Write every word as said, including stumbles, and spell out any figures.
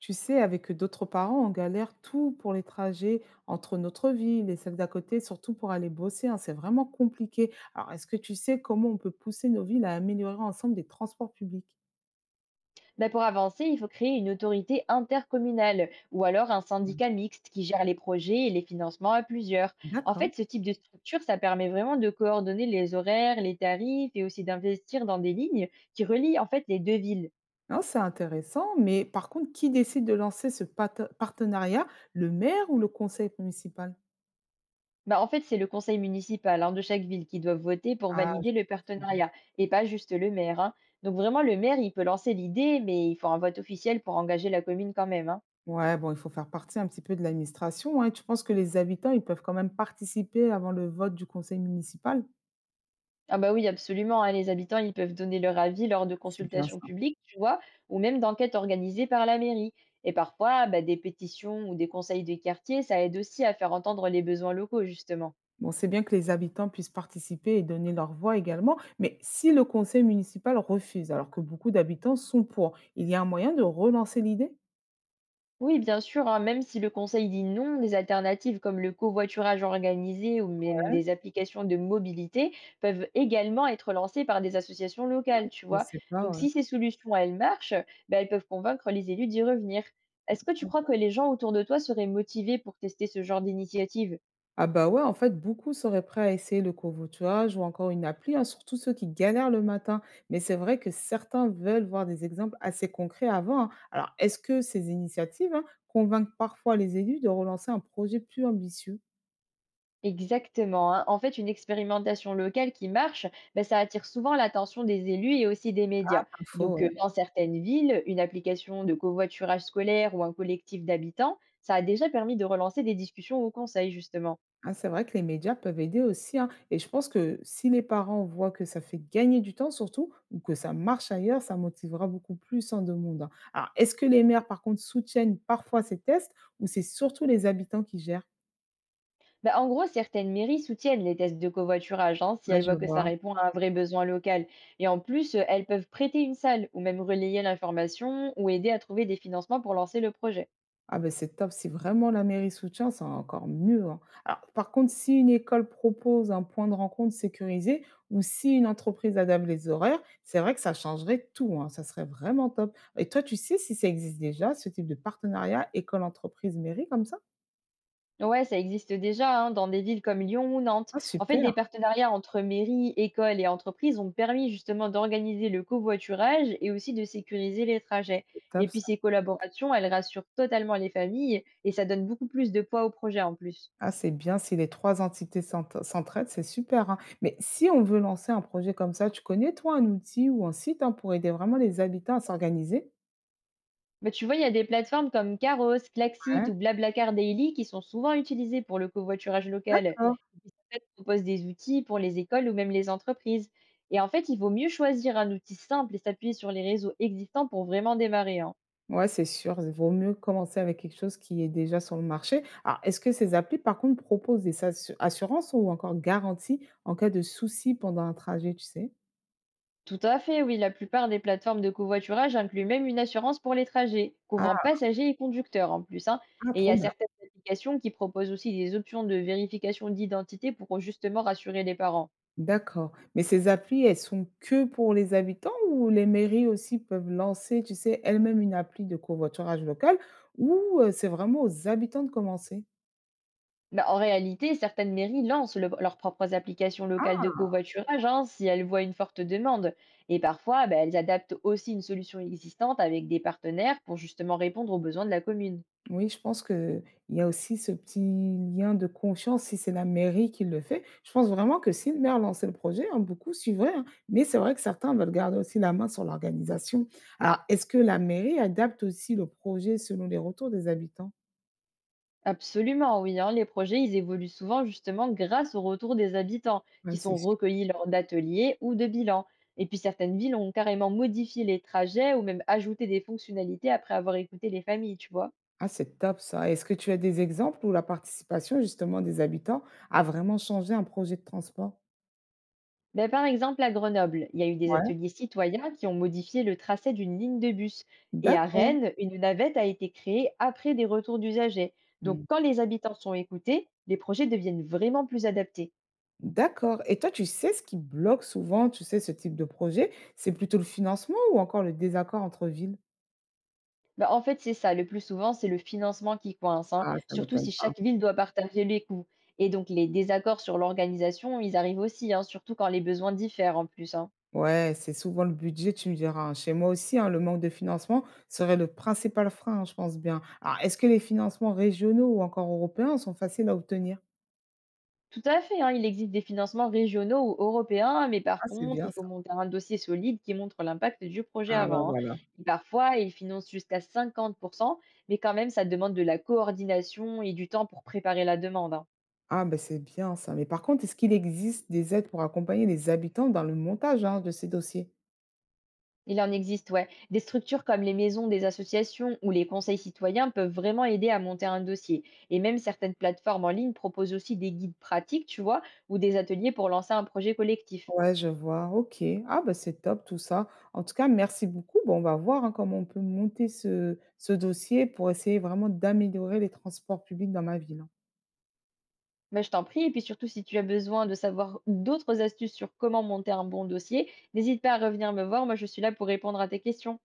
Tu sais, avec d'autres parents, on galère tout pour les trajets entre notre ville et celle d'à côté, surtout pour aller bosser, hein. C'est vraiment compliqué. Alors, est-ce que tu sais comment on peut pousser nos villes à améliorer ensemble des transports publics? Ben, pour avancer, il faut créer une autorité intercommunale ou alors un syndicat mixte qui gère les projets et les financements à plusieurs. En D'accord. fait, ce type de structure, ça permet vraiment de coordonner les horaires, les tarifs et aussi d'investir dans des lignes qui relient en fait les deux villes. Non, c'est intéressant, mais par contre, qui décide de lancer ce pate- partenariat, le maire ou le conseil municipal? Ben, en fait, c'est le conseil municipal hein, de chaque ville qui doit voter pour Ah, valider je le pense que- partenariat et pas juste le maire. Hein. Donc vraiment, le maire, il peut lancer l'idée, mais il faut un vote officiel pour engager la commune quand même. Hein. Ouais, bon, il faut faire partie un petit peu de l'administration, hein. Tu penses que les habitants, ils peuvent quand même participer avant le vote du conseil municipal? Ah bah oui, absolument, hein, les habitants, ils peuvent donner leur avis lors de C'est bien consultations ça. publiques, tu vois, ou même d'enquêtes organisées par la mairie. Et parfois, bah, des pétitions ou des conseils de quartier, ça aide aussi à faire entendre les besoins locaux, justement. Bon, c'est bien que les habitants puissent participer et donner leur voix également, mais si le conseil municipal refuse, alors que beaucoup d'habitants sont pour, il y a un moyen de relancer l'idée? Oui, bien sûr, hein, même si le conseil dit non, des alternatives comme le covoiturage organisé ou même des applications de mobilité peuvent également être lancées par des associations locales, tu Je vois. sais Donc pas, ouais. si ces solutions, elles marchent, ben, elles peuvent convaincre les élus d'y revenir. Est-ce que tu crois que les gens autour de toi seraient motivés pour tester ce genre d'initiative? Ah bah ouais, en fait, beaucoup seraient prêts à essayer le covoiturage ou encore une appli, hein, surtout ceux qui galèrent le matin. Mais c'est vrai que certains veulent voir des exemples assez concrets avant, hein. Alors, est-ce que ces initiatives, hein, convainquent parfois les élus de relancer un projet plus ambitieux? Exactement, hein. En fait, une expérimentation locale qui marche, ben, ça attire souvent l'attention des élus et aussi des médias. Donc, Info. euh, dans certaines villes, une application de covoiturage scolaire ou un collectif d'habitants, ça a déjà permis de relancer des discussions au conseil, justement. Ah, c'est vrai que les médias peuvent aider aussi, hein. Et je pense que si les parents voient que ça fait gagner du temps surtout, ou que ça marche ailleurs, ça motivera beaucoup plus en de, hein. Alors, est-ce que les maires, par contre, soutiennent parfois ces tests ou c'est surtout les habitants qui gèrent? Ben, en gros, certaines mairies soutiennent les tests de covoiturage hein, si Là, elles je voient que ça vois. répond à un vrai besoin local. Et en plus, euh, elles peuvent prêter une salle ou même relayer l'information ou aider à trouver des financements pour lancer le projet. Ah ben c'est top. Si vraiment la mairie soutient, c'est encore mieux, hein. Alors par contre, si une école propose un point de rencontre sécurisé ou si une entreprise adapte les horaires, c'est vrai que ça changerait tout, hein, ça serait vraiment top. Et toi, tu sais si ça existe déjà, ce type de partenariat école-entreprise-mairie comme ça? Ouais, ça existe déjà hein, dans des villes comme Lyon ou Nantes. Ah En fait, super, des partenariats entre mairies, écoles et entreprises ont permis justement d'organiser le covoiturage et aussi de sécuriser les trajets. c'est Et top puis ça. ces collaborations, elles rassurent totalement les familles et ça donne beaucoup plus de poids au projet en plus. Ah c'est bien si les trois entités s'ent s'entraident, c'est super, hein. Mais si on veut lancer un projet comme ça, tu connais toi un outil ou un site, hein, pour aider vraiment les habitants à s'organiser? Bah, tu vois, il y a des plateformes comme Caros, Klaxit Ouais, ou BlaBlaCar Daily qui sont souvent utilisées pour le covoiturage local. Et d'accord. puis, certaines proposent des outils pour les écoles ou même les entreprises. Et en fait, il vaut mieux choisir un outil simple et s'appuyer sur les réseaux existants pour vraiment démarrer. Hein. Ouais, c'est sûr, il vaut mieux commencer avec quelque chose qui est déjà sur le marché. Alors, est-ce que ces applis, par contre, proposent des assu- assurances ou encore garanties en cas de souci pendant un trajet, tu sais? Tout à fait, oui, la plupart des plateformes de covoiturage incluent même une assurance pour les trajets, couvrant Ah, passagers et conducteurs en plus. Hein. ah, Et il y trop a bien. certaines applications qui proposent aussi des options de vérification d'identité pour justement rassurer les parents. D'accord. Mais ces applis, elles sont que pour les habitants ou les mairies aussi peuvent lancer, tu sais, elles-mêmes une appli de covoiturage local ou euh, c'est vraiment aux habitants de commencer? Bah, en réalité, certaines mairies lancent le- leurs propres applications locales de covoiturage hein, si elles voient une forte demande. Et parfois, bah, elles adaptent aussi une solution existante avec des partenaires pour justement répondre aux besoins de la commune. Oui, je pense qu'il y a aussi ce petit lien de confiance si c'est la mairie qui le fait. Je pense vraiment que si le maire lançait le projet, hein, beaucoup suivraient, hein. Mais c'est vrai que certains veulent garder aussi la main sur l'organisation. Alors, est-ce que la mairie adapte aussi le projet selon les retours des habitants? Absolument, oui. Hein, les projets, ils évoluent souvent justement grâce au retour des habitants qui Ouais, sont c'est sûr. recueillis lors d'ateliers ou de bilans. Et puis certaines villes ont carrément modifié les trajets ou même ajouté des fonctionnalités après avoir écouté les familles, tu vois. Ah, c'est top ça. Est-ce que tu as des exemples où la participation justement des habitants a vraiment changé un projet de transport? Ben, par exemple, à Grenoble, il y a eu des Ouais, ateliers citoyens qui ont modifié le tracé d'une ligne de bus. Et à d'accord. Rennes, une navette a été créée après des retours d'usagers. Donc, Mmh. quand les habitants sont écoutés, les projets deviennent vraiment plus adaptés. D'accord. Et toi, tu sais ce qui bloque souvent, tu sais, ce type de projet? C'est plutôt le financement ou encore le désaccord entre villes? Ben, en fait, c'est ça. Le plus souvent, c'est le financement qui coince, hein, Ah, ça surtout m'étonne si pas. chaque ville doit partager les coûts. Et donc, les désaccords sur l'organisation, ils arrivent aussi, hein, surtout quand les besoins diffèrent en plus. Hein. Ouais, c'est souvent le budget, tu me diras, hein. Chez moi aussi, hein, le manque de financement serait le principal frein, hein, je pense bien. Alors, est-ce que les financements régionaux ou encore européens sont faciles à obtenir? Tout à fait, hein, il existe des financements régionaux ou européens, mais Ah, par c'est contre, il bien faut ça. monter un dossier solide qui montre l'impact du projet Ah bah avant. Hein. voilà. Et parfois, ils financent jusqu'à cinquante pour cent, mais quand même, ça demande de la coordination et du temps pour préparer la demande. Hein. Ah, ben c'est bien ça. Mais par contre, est-ce qu'il existe des aides pour accompagner les habitants dans le montage, hein, de ces dossiers? Il en existe, ouais. Des structures comme les maisons des associations ou les conseils citoyens peuvent vraiment aider à monter un dossier. Et même certaines plateformes en ligne proposent aussi des guides pratiques, tu vois, ou des ateliers pour lancer un projet collectif. Ouais, je vois. OK. Ah bah, c'est top tout ça. En tout cas, merci beaucoup. Bon, on va voir, hein, comment on peut monter ce ce dossier pour essayer vraiment d'améliorer les transports publics dans ma ville, hein. Mais je t'en prie, et puis surtout si tu as besoin de savoir d'autres astuces sur comment monter un bon dossier, n'hésite pas à revenir me voir, moi je suis là pour répondre à tes questions.